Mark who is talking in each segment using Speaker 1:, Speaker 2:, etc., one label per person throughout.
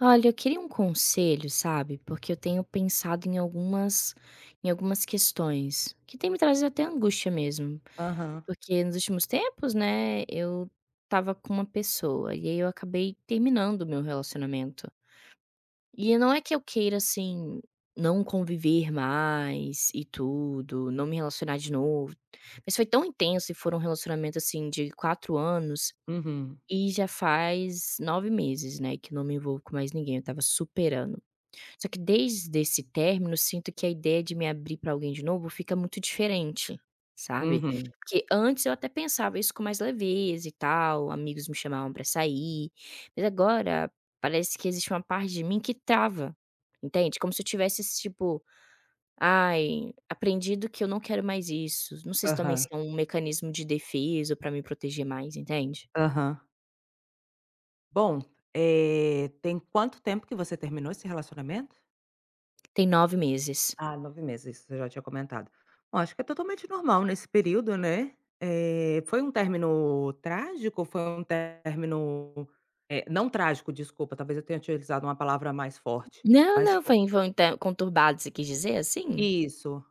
Speaker 1: Olha, eu queria um conselho, sabe? Porque eu tenho pensado em algumas questões, que tem me trazido até angústia mesmo.
Speaker 2: Aham.
Speaker 1: Porque nos últimos tempos, né, eu estava com uma pessoa e aí eu acabei terminando o meu relacionamento. E não é que eu queira, assim, não conviver mais e tudo, não me relacionar de novo. Mas foi tão intenso e foi um relacionamento, assim, de 4 anos.
Speaker 2: Uhum.
Speaker 1: E já faz 9 meses, né, que eu não me envolvo com mais ninguém. Eu estava superando. Só que desde esse término, sinto que a ideia de me abrir para alguém de novo fica muito diferente, sabe.
Speaker 2: Uhum.
Speaker 1: Porque antes eu até pensava isso com mais leveza e tal, amigos me chamavam para sair, mas agora parece que existe uma parte de mim que trava, entende. Como se eu tivesse tipo: "Ai, aprendido que eu não quero mais isso". Não sei se também se
Speaker 2: Aham.
Speaker 1: é um mecanismo de defesa para me proteger mais, entende.
Speaker 2: Aham. Bom, tem quanto tempo que você terminou esse relacionamento?
Speaker 1: Tem 9 meses.
Speaker 2: Ah, 9 meses, isso você já tinha comentado. Bom, acho que é totalmente normal nesse período, né. Foi um término trágico? Foi um término, não trágico, desculpa, talvez eu tenha utilizado uma palavra mais forte,
Speaker 1: Não,
Speaker 2: mas
Speaker 1: não,
Speaker 2: fo
Speaker 1: foi então conturbado, você quis dizer assim?
Speaker 2: Isso.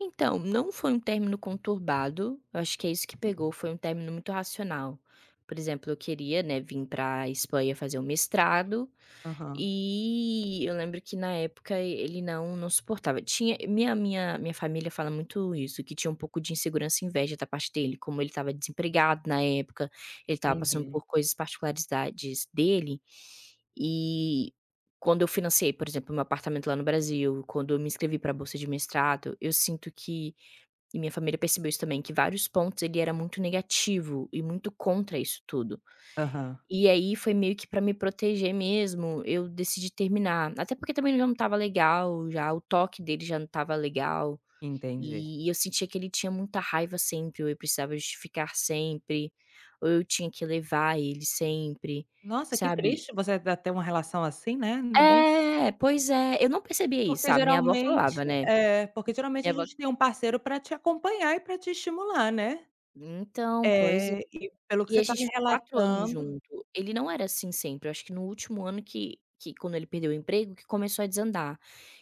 Speaker 1: Então, não foi um término conturbado, eu acho que é isso que pegou, foi um término muito racional. Por exemplo, eu queria, né, vim pra Espanha fazer um mestrado,
Speaker 2: Aham.
Speaker 1: e eu lembro que na época ele não suportava. Tinha minha família fala muito isso, que tinha um pouco de insegurança e inveja da parte dele, como ele estava desempregado na época, ele estava passando
Speaker 2: Uhum.
Speaker 1: por coisas particularidades dele, e quando eu financiei, por exemplo, meu apartamento lá no Brasil, quando eu me inscrevi para a bolsa de mestrado, eu sinto que e minha família percebeu isso também, que vários pontos ele era muito negativo e muito contra isso tudo.
Speaker 2: Aham.
Speaker 1: E aí foi meio que pra me proteger mesmo, eu decidi terminar. Até porque também já não tava legal, já o toque dele já não tava legal,
Speaker 2: Entendi.
Speaker 1: e eu sentia que ele tinha muita raiva sempre, ou eu precisava justificar sempre, ou eu tinha que levar ele sempre,
Speaker 2: Nossa, que
Speaker 1: sabe.
Speaker 2: triste você ainda ter uma relação assim, né, ainda bem.
Speaker 1: É, pois é, eu não percebia isso,
Speaker 2: Porque
Speaker 1: sabe, minha avó
Speaker 2: geralmente
Speaker 1: falava, né,
Speaker 2: é, porque geralmente a
Speaker 1: minha avó
Speaker 2: gente tem um parceiro para te acompanhar e para te estimular, né.
Speaker 1: então, pois
Speaker 2: É, e pelo que
Speaker 1: e
Speaker 2: você
Speaker 1: a
Speaker 2: está
Speaker 1: gente
Speaker 2: me
Speaker 1: ficou 4 anos
Speaker 2: relatando...
Speaker 1: junto. Ele não era assim sempre, eu acho que no último ano que quando ele perdeu o emprego que começou a desandar.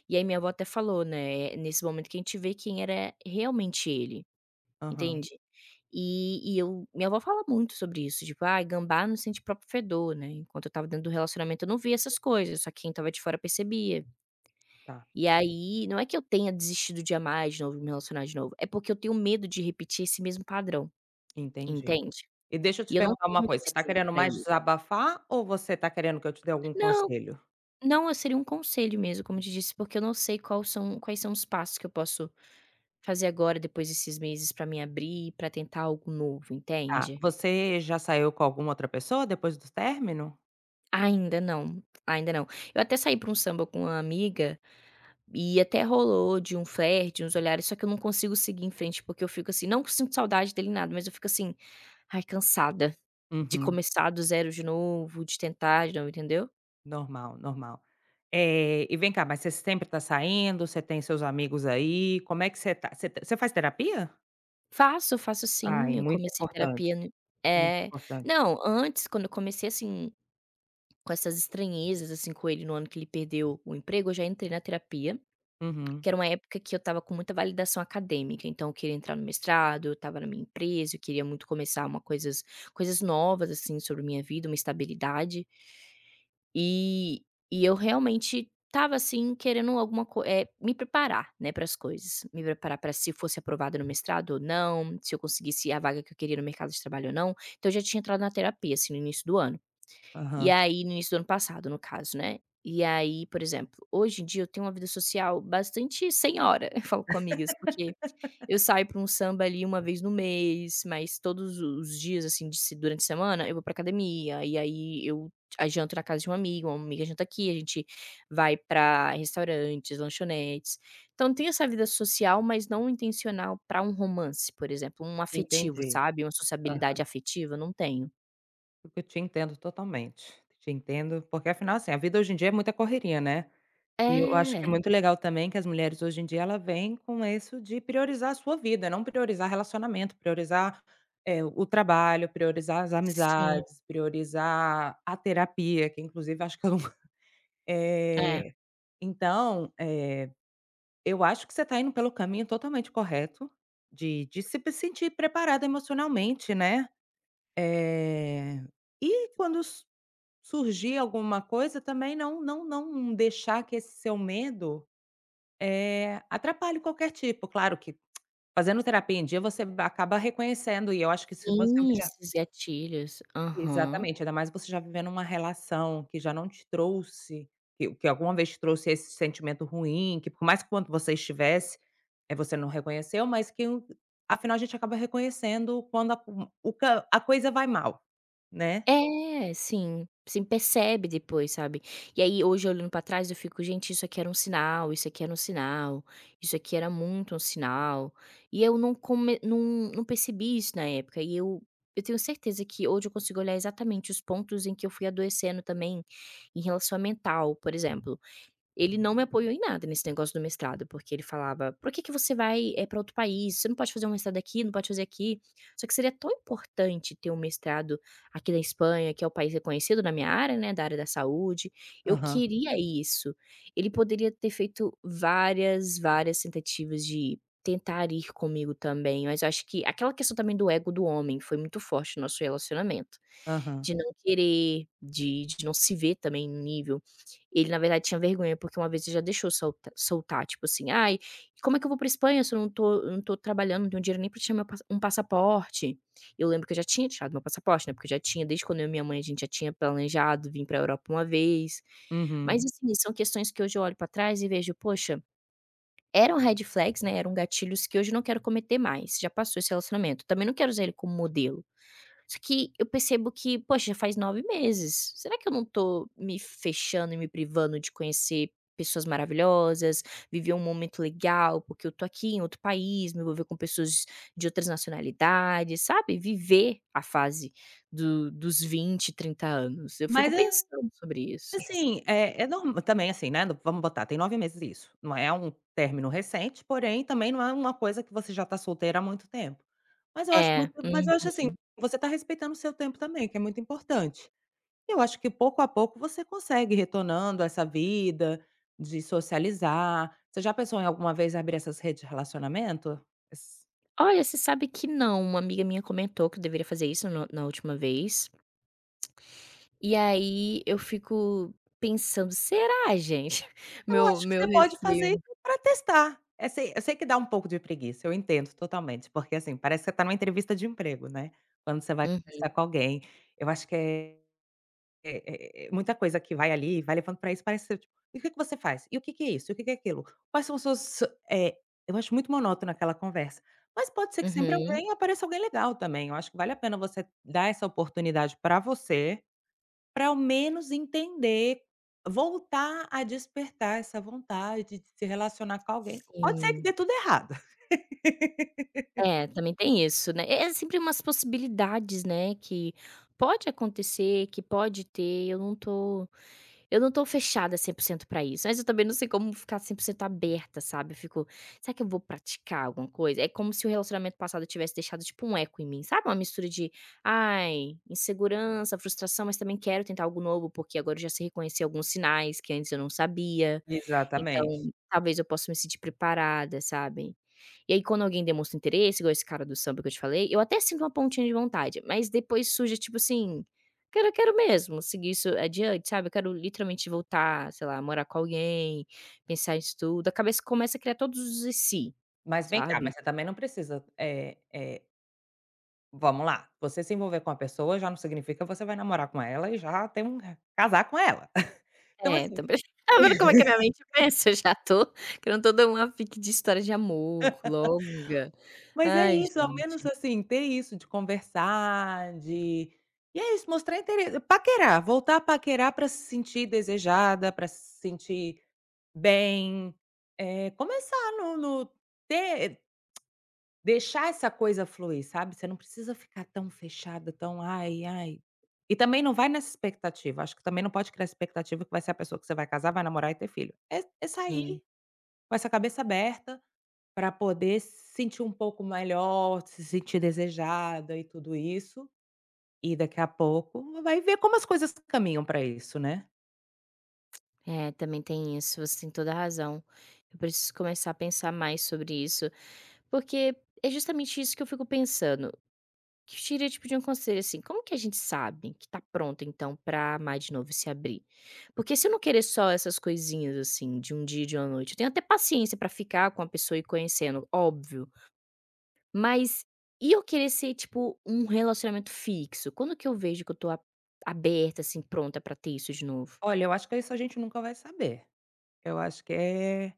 Speaker 1: E aí minha avó até falou, né, é nesse momento que a gente vê quem era realmente ele,
Speaker 2: Aham,
Speaker 1: entende. E eu minha avó fala muito sobre isso, tipo: ah, gambá não sente próprio fedor", né, enquanto eu estava dentro do relacionamento eu não via essas coisas, só quem estava de fora percebia.
Speaker 2: tá,
Speaker 1: E aí, não é que eu tenha desistido de amar de novo, me relacionar de novo, é porque eu tenho medo de repetir esse mesmo padrão,
Speaker 2: entendi.
Speaker 1: entende.
Speaker 2: E deixa eu te
Speaker 1: E eu não
Speaker 2: perguntar
Speaker 1: tenho
Speaker 2: uma coisa, você
Speaker 1: mais
Speaker 2: está
Speaker 1: tempo
Speaker 2: querendo
Speaker 1: pra
Speaker 2: mais
Speaker 1: isso.
Speaker 2: desabafar ou você está querendo que eu te dê algum
Speaker 1: Não,
Speaker 2: conselho?
Speaker 1: não, eu seria um conselho mesmo, como eu te disse, porque eu não sei qual são quais são os passos que eu posso fazer agora, depois desses meses, pra me abrir, pra tentar algo novo,
Speaker 2: Tá,
Speaker 1: entende?
Speaker 2: você já saiu com alguma outra pessoa depois do término?
Speaker 1: Ainda não, ainda não. Eu até saí pra um samba com uma amiga e até rolou de um flerte, uns olhares, só que eu não consigo seguir em frente, porque eu fico assim, não que eu sinto saudade dele nada, mas eu fico assim, ai, cansada de
Speaker 2: Uhum.
Speaker 1: começar do zero de novo, de tentar de novo, entendeu?
Speaker 2: Normal, normal. E vem cá, mas você sempre tá saindo, você tem seus amigos aí, como é que você tá? Você t você faz terapia?
Speaker 1: Faço, faço
Speaker 2: Ai,
Speaker 1: sim, eu
Speaker 2: muito
Speaker 1: comecei
Speaker 2: importante,
Speaker 1: terapia no
Speaker 2: muito
Speaker 1: é.
Speaker 2: importante.
Speaker 1: Não, antes quando eu comecei, assim, com essas estranhezas, assim, com ele no ano que ele perdeu o emprego, eu já entrei na terapia,
Speaker 2: Uhum,
Speaker 1: que era uma época que eu estava com muita validação acadêmica, então eu queria entrar no mestrado, eu estava na minha empresa, eu queria muito começar uma coisas novas, assim, sobre minha vida, uma estabilidade. E e eu realmente estava, assim, querendo alguma me preparar, né, para as coisas. Me preparar para se eu fosse aprovada no mestrado ou não, se eu conseguisse a vaga que eu queria no mercado de trabalho ou não. Então eu já tinha entrado na terapia, assim, no início do ano. E
Speaker 2: aham,
Speaker 1: aí no início do ano passado, no caso, né. E aí, por exemplo, hoje em dia eu tenho uma vida social bastante sem hora, eu falo com amigas, porque eu saio pra um samba ali uma vez no mês, mas todos os dias, assim, de se durante a semana eu vou pra academia, e aí eu aí janto na casa de um amigo, uma amiga janta aqui, a gente vai pra restaurantes, lanchonetes. Então tem essa vida social, mas não intencional pra um romance, por exemplo, um afetivo,
Speaker 2: entendi.
Speaker 1: sabe, uma sociabilidade
Speaker 2: Aham.
Speaker 1: afetiva, não tenho.
Speaker 2: Eu te entendo totalmente, te entendo, porque afinal, assim, a vida hoje em dia é muita correria, né. E eu acho que é
Speaker 1: É,
Speaker 2: muito legal também que as mulheres hoje em dia ela vem com isso de priorizar a sua vida, não priorizar relacionamento, priorizar, o trabalho, priorizar as
Speaker 1: sim,
Speaker 2: amizades, priorizar a terapia, que inclusive acho que eu não
Speaker 1: é.
Speaker 2: eh, então, eu acho que você está indo pelo caminho totalmente correto de se sentir preparada emocionalmente, né. Eh, e quando su surgir alguma coisa também não deixar que esse seu medo atrapalho qualquer tipo, claro que fazendo terapia em dia você acaba reconhecendo e eu acho que se você
Speaker 1: Sim,
Speaker 2: já
Speaker 1: esses gatilhos. Aham.
Speaker 2: exatamente, ainda mais você já vivendo uma relação que já não te trouxe, que alguma vez te trouxe esse sentimento ruim, que por mais que quando você estivesse, você não reconheceu, mas que o afinal a gente acaba reconhecendo quando a o ca a coisa vai mal, né.
Speaker 1: É, sim, sim, percebe depois, sabe. E aí hoje olhando pra trás eu fico: "Gente, isso aqui era um sinal, isso aqui era um sinal, isso aqui era muito um sinal", e eu não come não não percebi isso na época e eu tenho certeza que hoje eu consigo olhar exatamente os pontos em que eu fui adoecendo também, em relação a mental, por exemplo. Ele não me apoiou em nada nesse negócio do mestrado, porque ele falava: "Por que que você vai, é para outro país? Você não pode fazer um mestrado aqui, não pode fazer aqui". Só que seria tão importante ter um mestrado aqui na Espanha, que é o país reconhecido na minha área, né, da área da saúde. Eu
Speaker 2: Aham,
Speaker 1: queria isso. Ele poderia ter feito várias, várias tentativas de tentar ir comigo também, mas eu acho que aquela questão também do ego do homem foi muito forte no nosso relacionamento,
Speaker 2: aham.
Speaker 1: de não querer, de não se ver também no nível. Ele na verdade tinha vergonha, porque uma vez ele já deixou soltar, tipo assim: "Ai, como é que eu vou pra Espanha se eu não tô trabalhando, não tenho dinheiro nem pra tirar meu passaporte?". Eu lembro que eu já tinha tirado meu passaporte, né, porque eu já tinha desde quando eu e minha mãe a gente já tinha planejado vir pra Europa uma vez.
Speaker 2: Uhum.
Speaker 1: Mas assim, são questões que hoje eu olho pra trás e vejo: "Poxa, eram red flags, né, eram gatilhos que hoje eu não quero cometer mais, já passou esse relacionamento". Também não quero usar ele como modelo. Só que eu percebo que, poxa, já faz 9 meses. Será que eu não tô me fechando e me privando de conhecer pessoas maravilhosas, viver um momento legal, porque eu tô aqui em outro país, me envolver com pessoas de outras nacionalidades, sabe? Viver a fase do dos 20, 30 anos. Eu fico
Speaker 2: Mas...
Speaker 1: pensando sobre isso.
Speaker 2: Assim, é norma também, assim, né, vamos botar, tem 9 meses isso, não é um término recente, porém também não é uma coisa que você já está solteira há muito tempo. Mas eu acho
Speaker 1: É,
Speaker 2: muito mas
Speaker 1: hum.
Speaker 2: eu acho assim, você está respeitando o seu tempo também, que é muito importante. Eu acho que pouco a pouco você consegue retornando a essa vida de socializar. Você já pensou em alguma vez abrir essas redes de relacionamento?
Speaker 1: Olha, você sabe que não. Uma amiga minha comentou que eu deveria fazer isso no na última vez. E aí eu fico pensando: "Será, gente?"
Speaker 2: Eu
Speaker 1: Meu
Speaker 2: acho que
Speaker 1: meu
Speaker 2: você pode fazer
Speaker 1: receio.
Speaker 2: isso pra testar. Eu sei que dá um pouco de preguiça, eu entendo totalmente, porque, assim, parece que você tá numa entrevista de emprego, né, quando você vai
Speaker 1: Hum,
Speaker 2: conversar com alguém. Eu acho que é muita coisa que vai ali, vai levando para isso, parece ser tipo: "E o que que você faz? E o que que é isso? E o que que é aquilo? Quais são os seus" eh, eu acho muito monótono aquela conversa. Mas pode ser que sempre
Speaker 1: uhum.
Speaker 2: alguém apareça alguém legal também, eu acho que vale a pena você dar essa oportunidade para você, para ao menos entender, voltar a despertar essa vontade de se relacionar com alguém. Pode ser que
Speaker 1: Sim.
Speaker 2: dê tudo errado.
Speaker 1: É, também tem isso, né. É é sempre umas possibilidades, né, que pode acontecer, que pode ter, Eu não tô fechada 100% pra isso, mas eu também não sei como ficar 100% aberta, sabe. Eu fico: "Será que eu vou praticar alguma coisa?" É como se o relacionamento passado tivesse deixado, tipo, um eco em mim, sabe, uma mistura de, ai, insegurança, frustração, mas também quero tentar algo novo, porque agora eu já sei reconhecer alguns sinais que antes eu não sabia. Então,
Speaker 2: Exatamente.
Speaker 1: talvez eu possa me sentir preparada, sabe. E aí quando alguém demonstra interesse, igual esse cara do samba que eu te falei, eu até sinto uma pontinha de vontade, mas depois surge tipo assim, quero mesmo seguir isso adiante, sabe. Eu quero literalmente voltar, sei lá, morar com alguém, pensar nisso tudo, a cabeça começa a criar todos os "e se",
Speaker 2: Mas vem cá,
Speaker 1: sabe.
Speaker 2: mas você também não precisa, vamos lá, você se envolver com a pessoa já não significa que você vai namorar com ela e já tem um casar com ela. Então
Speaker 1: É,
Speaker 2: assim...
Speaker 1: também. Tá vendo como é que a minha mente pensa? Eu já tô criando toda uma fic de história de amor longa.
Speaker 2: Mas é
Speaker 1: Ai,
Speaker 2: isso, ao menos
Speaker 1: gente,
Speaker 2: assim, ter isso de conversar, de e é isso, mostrar interesse, paquerar, voltar a paquerar para se sentir desejada, para se sentir bem, começar no no ter deixar essa coisa fluir, sabe, você não precisa ficar tão fechada, tão: "Ai, ai". E também não vai nessa expectativa, acho que também não pode criar expectativa que vai ser a pessoa que você vai casar, vai namorar e ter filho. É sair com essa cabeça aberta para poder se sentir um pouco melhor, se sentir desejada e tudo isso, e daqui a pouco vai ver como as coisas caminham para isso, né.
Speaker 1: é, também tem isso, você tem toda a razão. Eu preciso começar a pensar mais sobre isso, porque é justamente isso que eu fico pensando. Que eu tirei tipo de um conselho assim, como que a gente sabe que tá pronto então pra amar de novo e se abrir? Porque se eu não querer só essas coisinhas assim, de um dia e de uma noite, eu tenho até paciência pra ficar com a pessoa e conhecendo, óbvio, mas e eu querer ser tipo um relacionamento fixo? Quando que eu vejo que eu tô aberta assim, pronta pra ter isso de novo?
Speaker 2: Olha, eu acho que isso a gente nunca vai saber. Eu acho que é...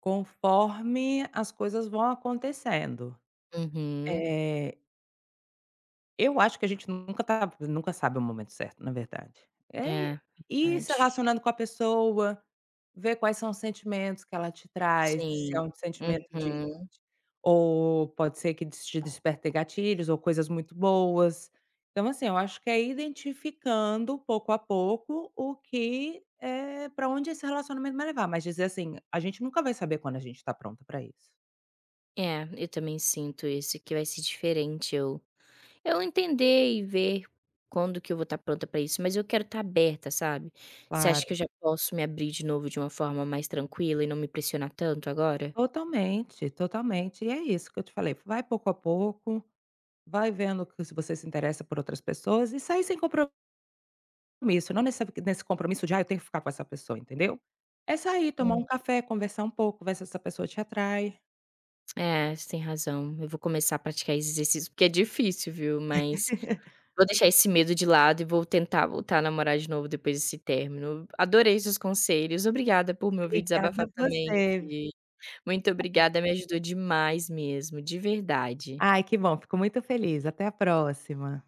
Speaker 2: Conforme as coisas vão acontecendo.
Speaker 1: Uhum.
Speaker 2: Eh, eu acho que a gente nunca sabe o momento certo, na verdade.
Speaker 1: É,
Speaker 2: Ir se
Speaker 1: verdade.
Speaker 2: relacionando com a pessoa, ver quais são os sentimentos que ela te traz, se é
Speaker 1: Sim.
Speaker 2: um sentimento de
Speaker 1: Uhum.
Speaker 2: ou pode ser que des te desperte gatilhos ou coisas muito boas. Então, assim, eu acho que é identificando pouco a pouco o que, pra onde esse relacionamento vai levar, mas dizer assim, a gente nunca vai saber quando a gente tá pronta pra isso.
Speaker 1: É, eu também sinto isso, que vai ser diferente eu entender e ver quando que eu vou estar pronta pra isso, mas eu quero estar aberta, sabe. Você acha
Speaker 2: Claro,
Speaker 1: que eu já posso me abrir de novo de uma forma mais tranquila e não me pressionar tanto agora?
Speaker 2: totalmente, totalmente. E é isso que eu te falei, vai pouco a pouco, vai vendo que se você se interessa por outras pessoas e sair sem compromisso, não nesse compromisso de: "Ah, eu tenho que ficar com essa pessoa", entendeu? É sair, tomar um
Speaker 1: Hum,
Speaker 2: café, conversar um pouco, ver se essa pessoa te atrai.
Speaker 1: é, você tem razão. Eu vou começar a praticar esse exercício, porque é difícil, viu, mas vou deixar esse medo de lado e vou tentar voltar a namorar de novo depois desse término. Adorei seus conselhos, obrigada por me ouvir
Speaker 2: Obrigada
Speaker 1: desabafar
Speaker 2: a
Speaker 1: também,
Speaker 2: você.
Speaker 1: vi muito obrigada, me ajudou demais mesmo, de verdade.
Speaker 2: Ai, que bom, fico muito feliz. Até a próxima.